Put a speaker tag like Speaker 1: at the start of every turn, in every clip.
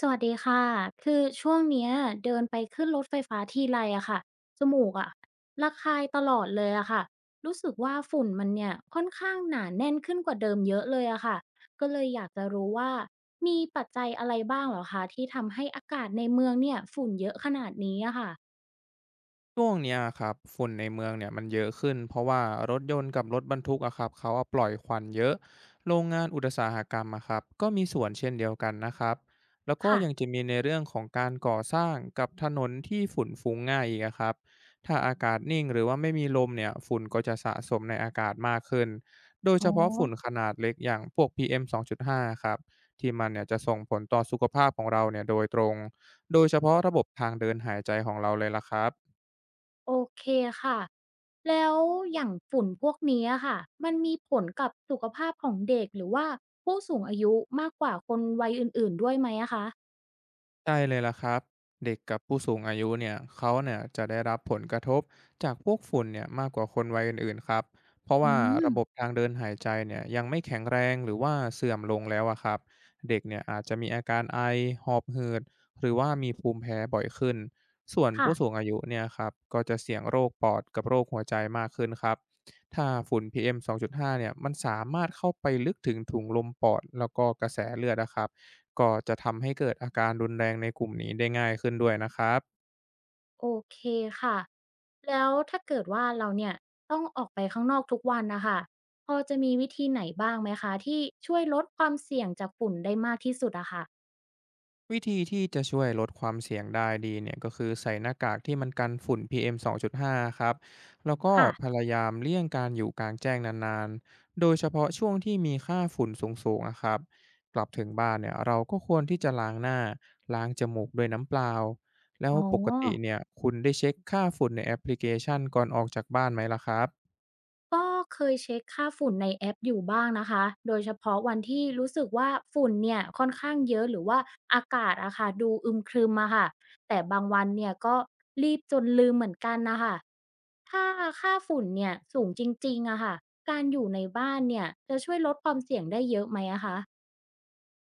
Speaker 1: สวัสดีค่ะ คือช่วงเนี้ยเดินไปขึ้นรถไฟฟ้าทีไรอะค่ะจมูกอะระคายตลอดเลยอะค่ะ รู้สึกว่าฝุ่นมันเนี่ยค่อนข้างหนาแน่นขึ้นกว่าเดิมเยอะเลยอะค่ะ ก็เลยอยากจะรู้ว่ามีปัจจัยอะไรบ้างเหรอคะที่ทำให้อากาศในเมืองเนี่ยฝุ่นเยอะขนาดนี้อะค่ะ
Speaker 2: ช่วงเนี้ยอะครับฝุ่นในเมืองเนี่ยมันเยอะขึ้นเพราะว่ารถยนต์กับรถบรรทุกอะครับเขาอะปล่อยควันเยอะโรงงานอุตสาหกรรมอะครับก็มีส่วนเช่นเดียวกันนะครับแล้วก็
Speaker 1: ค่ะ
Speaker 2: ยังจะมีในเรื่องของการก่อสร้างกับถนนที่ฝุ่นฟุ้งง่ายอีกอะครับถ้าอากาศนิ่งหรือว่าไม่มีลมเนี่ยฝุ่นก็จะสะสมในอากาศมากขึ้นโดย
Speaker 1: อ๋
Speaker 2: เฉ
Speaker 1: อ
Speaker 2: พาะฝุ่นขนาดเล็กอย่างพวก PM 2.5ครับที่มันเนี่ยจะส่งผลต่อสุขภาพของเราเนี่ยโดยตรงโดยเฉพาะระบบทางเดินหายใจของเราเลยล่ะครับ
Speaker 1: โอเคค่ะ แล้วอย่างฝุ่นพวกนี้อะค่ะ มันมีผลกับสุขภาพของเด็กหรือว่าผู้สูงอายุมากกว่าคนวัยอื่นๆด้วยไหมอะคะ
Speaker 2: ใช่เลยล่ะครับเด็กกับผู้สูงอายุเนี่ยเขาเนี่ยจะได้รับผลกระทบจากพวกฝุ่นเนี่ยมากกว่าคนวัยอื่นๆครับเพราะ
Speaker 1: อื
Speaker 2: ว่า
Speaker 1: ม
Speaker 2: ระบบทางเดินหายใจเนี่ยยังไม่แข็งแรงหรือว่าเสื่อมลงแล้วอะครับเด็กเนี่ยอาจจะมีอาการไอหอบหืดหรือว่ามีภูมิแพ้บ่อยขึ้นส่วน
Speaker 1: ค่ะ
Speaker 2: ผู้สูงอายุเนี่ยครับก็จะเสี่ยงโรคปอดกับโรคหัวใจมากขึ้นครับถ้าฝุ่น PM ้าเนี่ยมันสามารถเข้าไปลึกถึงถุงลมปอดแล้วก็กระแสเลือดนะครับ ก็จะทำให้เกิดอาการรุนแรงในกลุ่มนี้ได้ง่ายขึ้นด้วยนะครับ
Speaker 1: โอเคค่ะ แล้วถ้าเกิดว่าเราเนี่ยต้องออกไปข้างนอกทุกวันนะค่ะพอจะมีวิธีไหนบ้างไหมคะที่ช่วยลดความเสี่ยงจากฝุ่นได้มากที่สุดอะค่ะ
Speaker 2: วิธีที่จะช่วยลดความเสี่ยงได้ดีเนี่ยก็คือใส่หน้ากากที่มันกันฝุ่น PM 2.5ครับแล้วก็
Speaker 1: ค่ะ
Speaker 2: พยายามเลี่ยงการอยู่กลางแจ้งนานๆโดยเฉพาะช่วงที่มีค่าฝุ่นสูงๆนะครับกลับถึงบ้านเนี่ยเราก็ควรที่จะล้างหน้าล้างจมูกด้วยน้ำเปล่าแล้ว
Speaker 1: อ๋อ
Speaker 2: ปกติเนี่ยคุณได้เช็คค่าฝุ่นในแอปพลิเคชันก่อนออกจากบ้านไหมล่ะครับ
Speaker 1: ก็เคยเช็คค่าฝุ่นในแอปอยู่บ้างนะคะโดยเฉพาะวันที่รู้สึกว่าฝุ่นเนี่ยค่อนข้างเยอะหรือว่าอากาศอะค่ะดูอึมครึมอะค่ะแต่บางวันเนี่ยก็รีบจนลืมเหมือนกันนะคะถ้าค่าฝุ่นเนี่ยสูงจริงๆอะค่ะการอยู่ในบ้านเนี่ยจะช่วยลดความเสี่ยงได้เยอะไหมอะคะ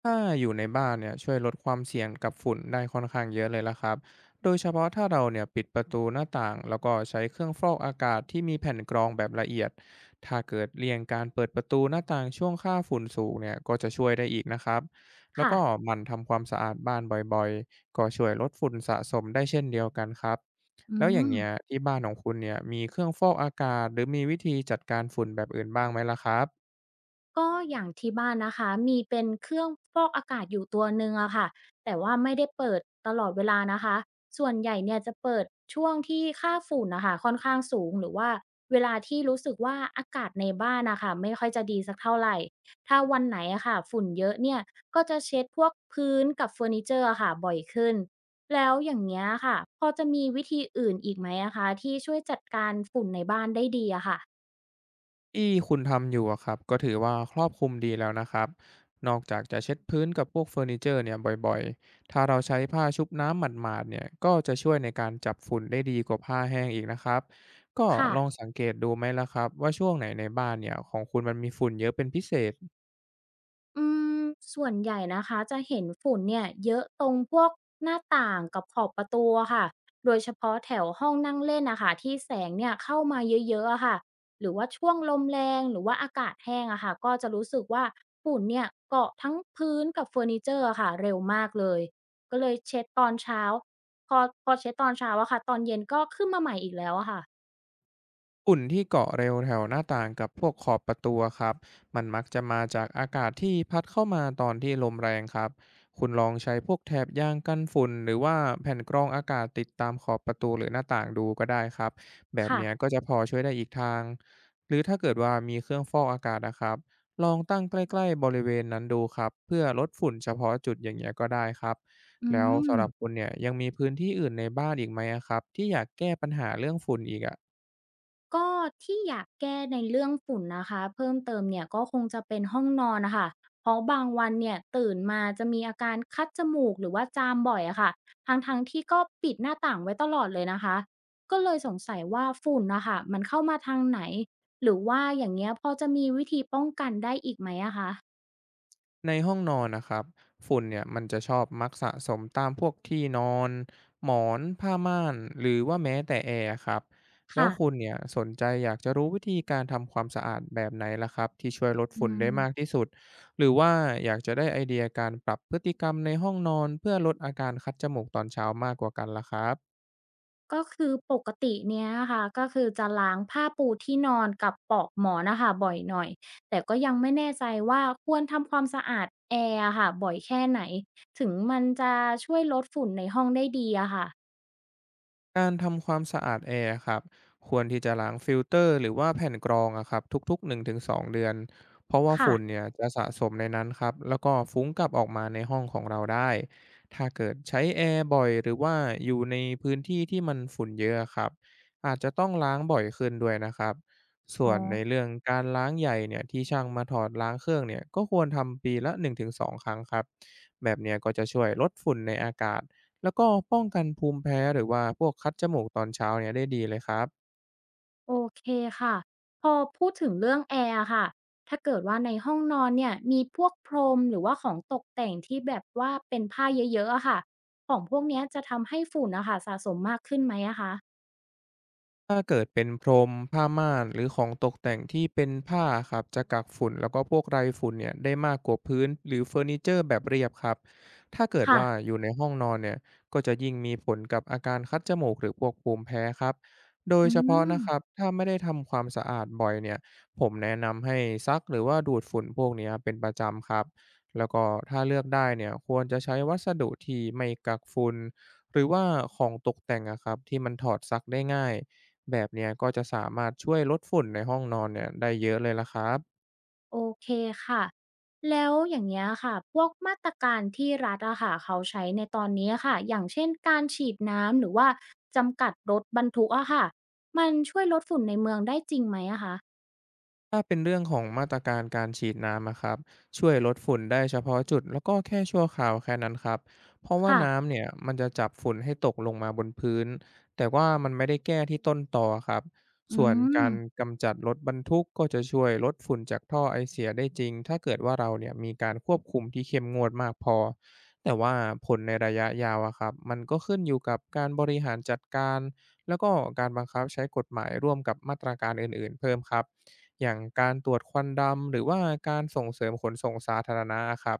Speaker 2: ถ้าอยู่ในบ้านเนี่ยช่วยลดความเสี่ยงกับฝุ่นได้ค่อนข้างเยอะเลยละครับโดยเฉพาะถ้าเราเนี่ยปิดประตูหน้าต่างแล้วก็ใช้เครื่องฟอกอากาศที่มีแผ่นกรองแบบละเอียดถ้าเกิดเลี่ยงการเปิดประตูหน้าต่างช่วงค่าฝุ่นสูงเนี่ยก็จะช่วยได้อีกนะครับแล้ว
Speaker 1: ค่ะ
Speaker 2: ก็หมันทำความสะอาดบ้านบ่อยๆก็ช่วยลดฝุ่นสะสมได้เช่นเดียวกันครับ
Speaker 1: อื
Speaker 2: แล้วอย่างเงี้ย
Speaker 1: ม
Speaker 2: ที่บ้านของคุณเนี่ยมีเครื่องฟอกอากาศหรือมีวิธีจัดการฝุ่นแบบอื่นบ้างไหมล่ะครับ
Speaker 1: ก็อย่างที่บ้านนะคะมีเป็นเครื่องฟอกอากาศอยู่ตัวหนึ่งอะค่ะแต่ว่าไม่ได้เปิดตลอดเวลานะคะส่วนใหญ่เนี่ยจะเปิดช่วงที่ค่าฝุ่นนะค่ะค่อนข้างสูงหรือว่าเวลาที่รู้สึกว่าอากาศในบ้านนะคะไม่ค่อยจะดีสักเท่าไหรถ้าวันไหนอะค่ะฝุ่นเยอะเนี่ยก็จะเช็ดพวกพื้นกับเฟอร์นิเจอร์อะค่ะบ่อยขึ้นแล้วอย่างเงี้ยค่ะพอจะมีวิธีอื่นอีกไหมอะคะที่ช่วยจัดการฝุ่นในบ้านได้ดีอะค่ะ
Speaker 2: ที่คุณทำอยู่อะครับก็ถือว่าครอบคลุมดีแล้วนะครับนอกจากจะเช็ดพื้นกับพวกเฟอร์นิเจอร์เนี่ยบ่อยๆถ้าเราใช้ผ้าชุบน้ำหมาดๆเนี่ยก็จะช่วยในการจับฝุ่นได้ดีกว่าผ้าแห้งอีกนะครับก็ลอง
Speaker 1: ค่ะ
Speaker 2: สังเกตดูไหมล่ะครับว่าช่วงไหนในบ้านเนี่ยของคุณมันมีฝุ่นเยอะเป็นพิเศษ
Speaker 1: อืมส่วนใหญ่นะคะจะเห็นฝุ่นเนี่ยเยอะตรงพวกหน้าต่างกับขอบประตูอะค่ะโดยเฉพาะแถวห้องนั่งเล่นอะค่ะที่แสงเนี่ยเข้ามาเยอะๆอะค่ะหรือว่าช่วงลมแรงหรือว่าอากาศแห้งอะค่ะก็จะรู้สึกว่าฝุ่นเนี่ยเกาะทั้งพื้นกับเฟอร์นิเจอร์อะค่ะเร็วมากเลยก็เลยเช็ดตอนเช้าพอพอเช็ดตอนเช้าอะค่ะตอนเย็นก็ขึ้นมาใหม่อีกแล้วอะค่ะ
Speaker 2: ฝุ่นที่เกาะเร็วแถวหน้าต่างกับพวกขอบประตูอะครับมันมักจะมาจากอากาศที่พัดเข้ามาตอนที่ลมแรงครับคุณลองใช้พวกแถบยางกันฝุ่นหรือว่าแผ่นกรองอากาศติดตามขอบประตูหรือหน้าต่างดูก็ได้ครับแบบ
Speaker 1: ค่ะ
Speaker 2: เนี้ยก็จะพอช่วยได้อีกทางหรือถ้าเกิดว่ามีเครื่องฟอกอากาศนะครับลองตั้งใกล้ๆบริเวณนั้นดูครับเพื่อลดฝุ่นเฉพาะจุดอย่างเงี้ยก็ได้ครับ
Speaker 1: อื
Speaker 2: แล้ว
Speaker 1: ม
Speaker 2: สำหรับคุณเนี่ยยังมีพื้นที่อื่นในบ้านอีกไหมอะครับที่อยากแก้ปัญหาเรื่องฝุ่นอีกอะ
Speaker 1: ก็ที่อยากแก้ในเรื่องฝุ่นนะคะเพิ่มเติมเนี่ยก็คงจะเป็นห้องนอนนะคะเพราะบางวันเนี่ยตื่นมาจะมีอาการคัดจมูกหรือว่าจามบ่อยอะค่ะทั้งๆทที่ก็ปิดหน้าต่างไว้ตลอดเลยนะคะก็เลยสงสัยว่าฝุ่นนะคะมันเข้ามาทางไหนหรือว่าอย่างเงี้ยพอจะมีวิธีป้องกันได้อีกไหมอะคะ
Speaker 2: ในห้องนอนนะครับฝุ่นเนี่ยมันจะชอบมักสะสมตามพวกที่นอนหมอนผ้าม่านหรือว่าแม้แต่แอร์ครับแล้ว
Speaker 1: ค่ะ
Speaker 2: คุณเนี่ยสนใจอยากจะรู้วิธีการทำความสะอาดแบบไหนล่ะครับที่ช่วยลด
Speaker 1: อื
Speaker 2: ฝุ่น
Speaker 1: ม
Speaker 2: ได้มากที่สุดหรือว่าอยากจะได้ไอเดียการปรับพฤติกรรมในห้องนอนเพื่อลดอาการคัดจมูกตอนเช้ามากกว่ากันล่ะครับ
Speaker 1: ก็คือปกติเนี้ยค่ะก็คือจะล้างผ้าปูที่นอนกับปลอกหมอนน่ะค่ะบ่อยหน่อยแต่ก็ยังไม่แน่ใจว่าควรทำความสะอาดแอร์อะค่ะบ่อยแค่ไหนถึงมันจะช่วยลดฝุ่นในห้องได้ดีอะค่ะ
Speaker 2: การทำความสะอาดแอร์ครับควรที่จะล้างฟิลเตอร์หรือว่าแผ่นกรองอะครับทุกๆ1-2เดือนเพราะว่าฝุ่น
Speaker 1: ค่ะ
Speaker 2: เนี่ยจะสะสมในนั้นครับแล้วก็ฟุ้งกลับออกมาในห้องของเราได้ถ้าเกิดใช้แอร์บ่อยหรือว่าอยู่ในพื้นที่ที่มันฝุ่นเยอะอครับอาจจะต้องล้างบ่อยขึ้นด้วยนะครับส่
Speaker 1: อ๋อ
Speaker 2: วนในเรื่องการล้างใหญ่เนี่ยที่ช่างมาถอดล้างเครื่องเนี่ยก็ควรทำปีละ1-2ครั้งครับแบบเนี้ยก็จะช่วยลดฝุ่นในอากาศ แล้วก็ป้องกันภูมิแพ้หรือว่าพวกคัดจมูกตอนเช้าเนี่ยได้ดีเลยครับ
Speaker 1: โอเคค่ะพอพูดถึงเรื่องแอร์อะค่ะถ้าเกิดว่าในห้องนอนเนี่ยมีพวกพรมหรือว่าของตกแต่งที่แบบว่าเป็นผ้าเยอะๆอะค่ะของพวกเนี้ยจะทำให้ฝุ่นน่ะค่ะสะสมมากขึ้นไหมอะคะ
Speaker 2: ถ้าเกิดเป็นพรมผ้าม่านหรือของตกแต่งที่เป็นผ้าครับจะกักฝุ่นแล้วก็พวกไรฝุ่นเนี่ยได้มากกว่าพื้นหรือเฟอร์นิเจอร์แบบเรียบครับถ้าเกิด
Speaker 1: ค่ะ
Speaker 2: ว่าอยู่ในห้องนอนเนี่ยก็จะยิ่งมีผลกับอาการคัดจมูกหรือพวกภูมิแพ้ครับโดย
Speaker 1: อื
Speaker 2: เฉพาะ
Speaker 1: ม
Speaker 2: นะครับถ้าไม่ได้ทำความสะอาดบ่อยเนี่ยผมแนะนำให้ซักหรือว่าดูดฝุ่นพวกเนี้ยเป็นประจำครับแล้วก็ถ้าเลือกได้เนี่ยควรจะใช้วัสดุที่ไม่กักฝุ่นหรือว่าของตกแต่งอะครับที่มันถอดซักได้ง่าย แบบเนี้ยก็จะสามารถช่วยลดฝุ่นในห้องนอนเนี่ยได้เยอะเลยล่ะครับ
Speaker 1: โอเคค่ะแล้วอย่างเงี้ยค่ะพวกมาตรการที่รัฐอะค่ะเขาใช้ในตอนนี้ค่ะอย่างเช่นการฉีดน้ำหรือว่าจำกัดรถบรรทุกอะค่ะมันช่วยลดฝุ่นในเมืองได้จริงไหมอะคะ
Speaker 2: ถ้าเป็นเรื่องของมาตรการการฉีดน้ำอะครับช่วยลดฝุ่นได้เฉพาะจุดแล้วก็แค่ชั่วคราวแค่นั้นครับเพราะว่า
Speaker 1: ค่ะ
Speaker 2: น้ำเนี่ยมันจะจับฝุ่นให้ตกลงมาบนพื้นแต่ว่ามันไม่ได้แก้ที่ต้นตอครับ
Speaker 1: อื
Speaker 2: ส่วน
Speaker 1: ม
Speaker 2: การกำจัดรถบรรทุกก็จะช่วยลดฝุ่นจากท่อไอเสียได้จริงถ้าเกิดว่าเราเนี่ยมีการควบคุมที่เข้มงวดมากพอแต่ว่าผลในระยะยาวอะครับมันก็ขึ้นอยู่กับการบริหารจัดการแล้วก็การบังคับใช้กฎหมายร่วมกับมาตรการอื่นๆเพิ่มครับ อย่างการตรวจควันดำหรือว่าการส่งเสริมขนส่งสาธารณะครับ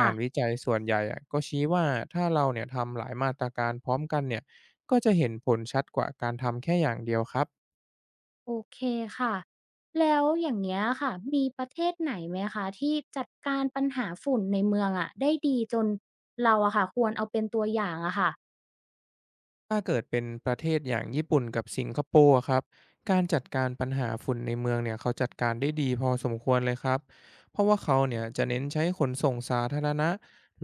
Speaker 2: งา
Speaker 1: ะ
Speaker 2: นวิจัยส่วนใหญ่อะก็ชี้ว่าถ้าเราเนี่ยทำหลายมาตรการพร้อมกันเนี่ยก็จะเห็นผลชัดกว่าการทำแค่อย่างเดียวครับ
Speaker 1: โอเคค่ะแล้วอย่างเงี้ยค่ะมีประเทศไหนไหมคะที่จัดการปัญหาฝุ่นในเมืองอะได้ดีจนเราอะค่ะควรเอาเป็นตัวอย่างอะค่ะ
Speaker 2: ถ้าเกิดเป็นประเทศอย่างญี่ปุ่นกับสิงคโปร์อะครับการจัดการปัญหาฝุ่นในเมืองเนี่ยเขาจัดการได้ดีพอสมควรเลยครับเพราะว่าเขาเนี่ยจะเน้นใช้ขนส่งสาธารณะ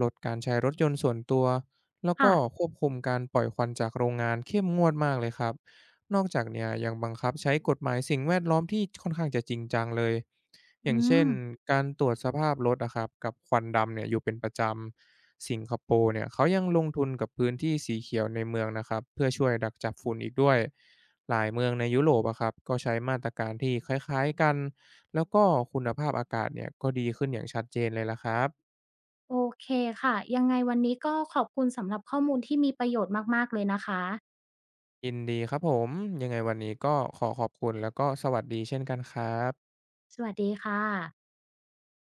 Speaker 2: ลดการใช้รถยนต์ส่วนตัวแล้ว
Speaker 1: ค่ะ
Speaker 2: ก็ควบคุมการปล่อยควันจากโรงงานเข้มงวดมากเลยครับ นอกจากเนี่ยยังบังคับใช้กฎหมายสิ่งแวดล้อมที่ค่อนข้างจะจริงจังเลยอย่าง
Speaker 1: อื
Speaker 2: เช่
Speaker 1: ม
Speaker 2: นการตรวจสภาพรถอะครับกับควันดำเนี่ยอยู่เป็นประจำสิงคโปร์เนี่ยเขายังลงทุนกับพื้นที่สีเขียวในเมืองนะครับเพื่อช่วยดักจับฝุ่นอีกด้วยหลายเมืองในยุโรปอะครับก็ใช้มาตรการที่คล้ายๆกันแล้วก็คุณภาพอากาศเนี่ยก็ดีขึ้นอย่างชัดเจนเลยละครับ
Speaker 1: โอเคค่ะยังไงวันนี้ก็ขอบคุณสำหรับข้อมูลที่มีประโยชน์มากๆเลยนะคะ
Speaker 2: ยินดีครับผมยังไงวันนี้ก็ขอขอบคุณแล้วก็สวัสดีเช่นกันครับ
Speaker 1: สวัสดีค่ะ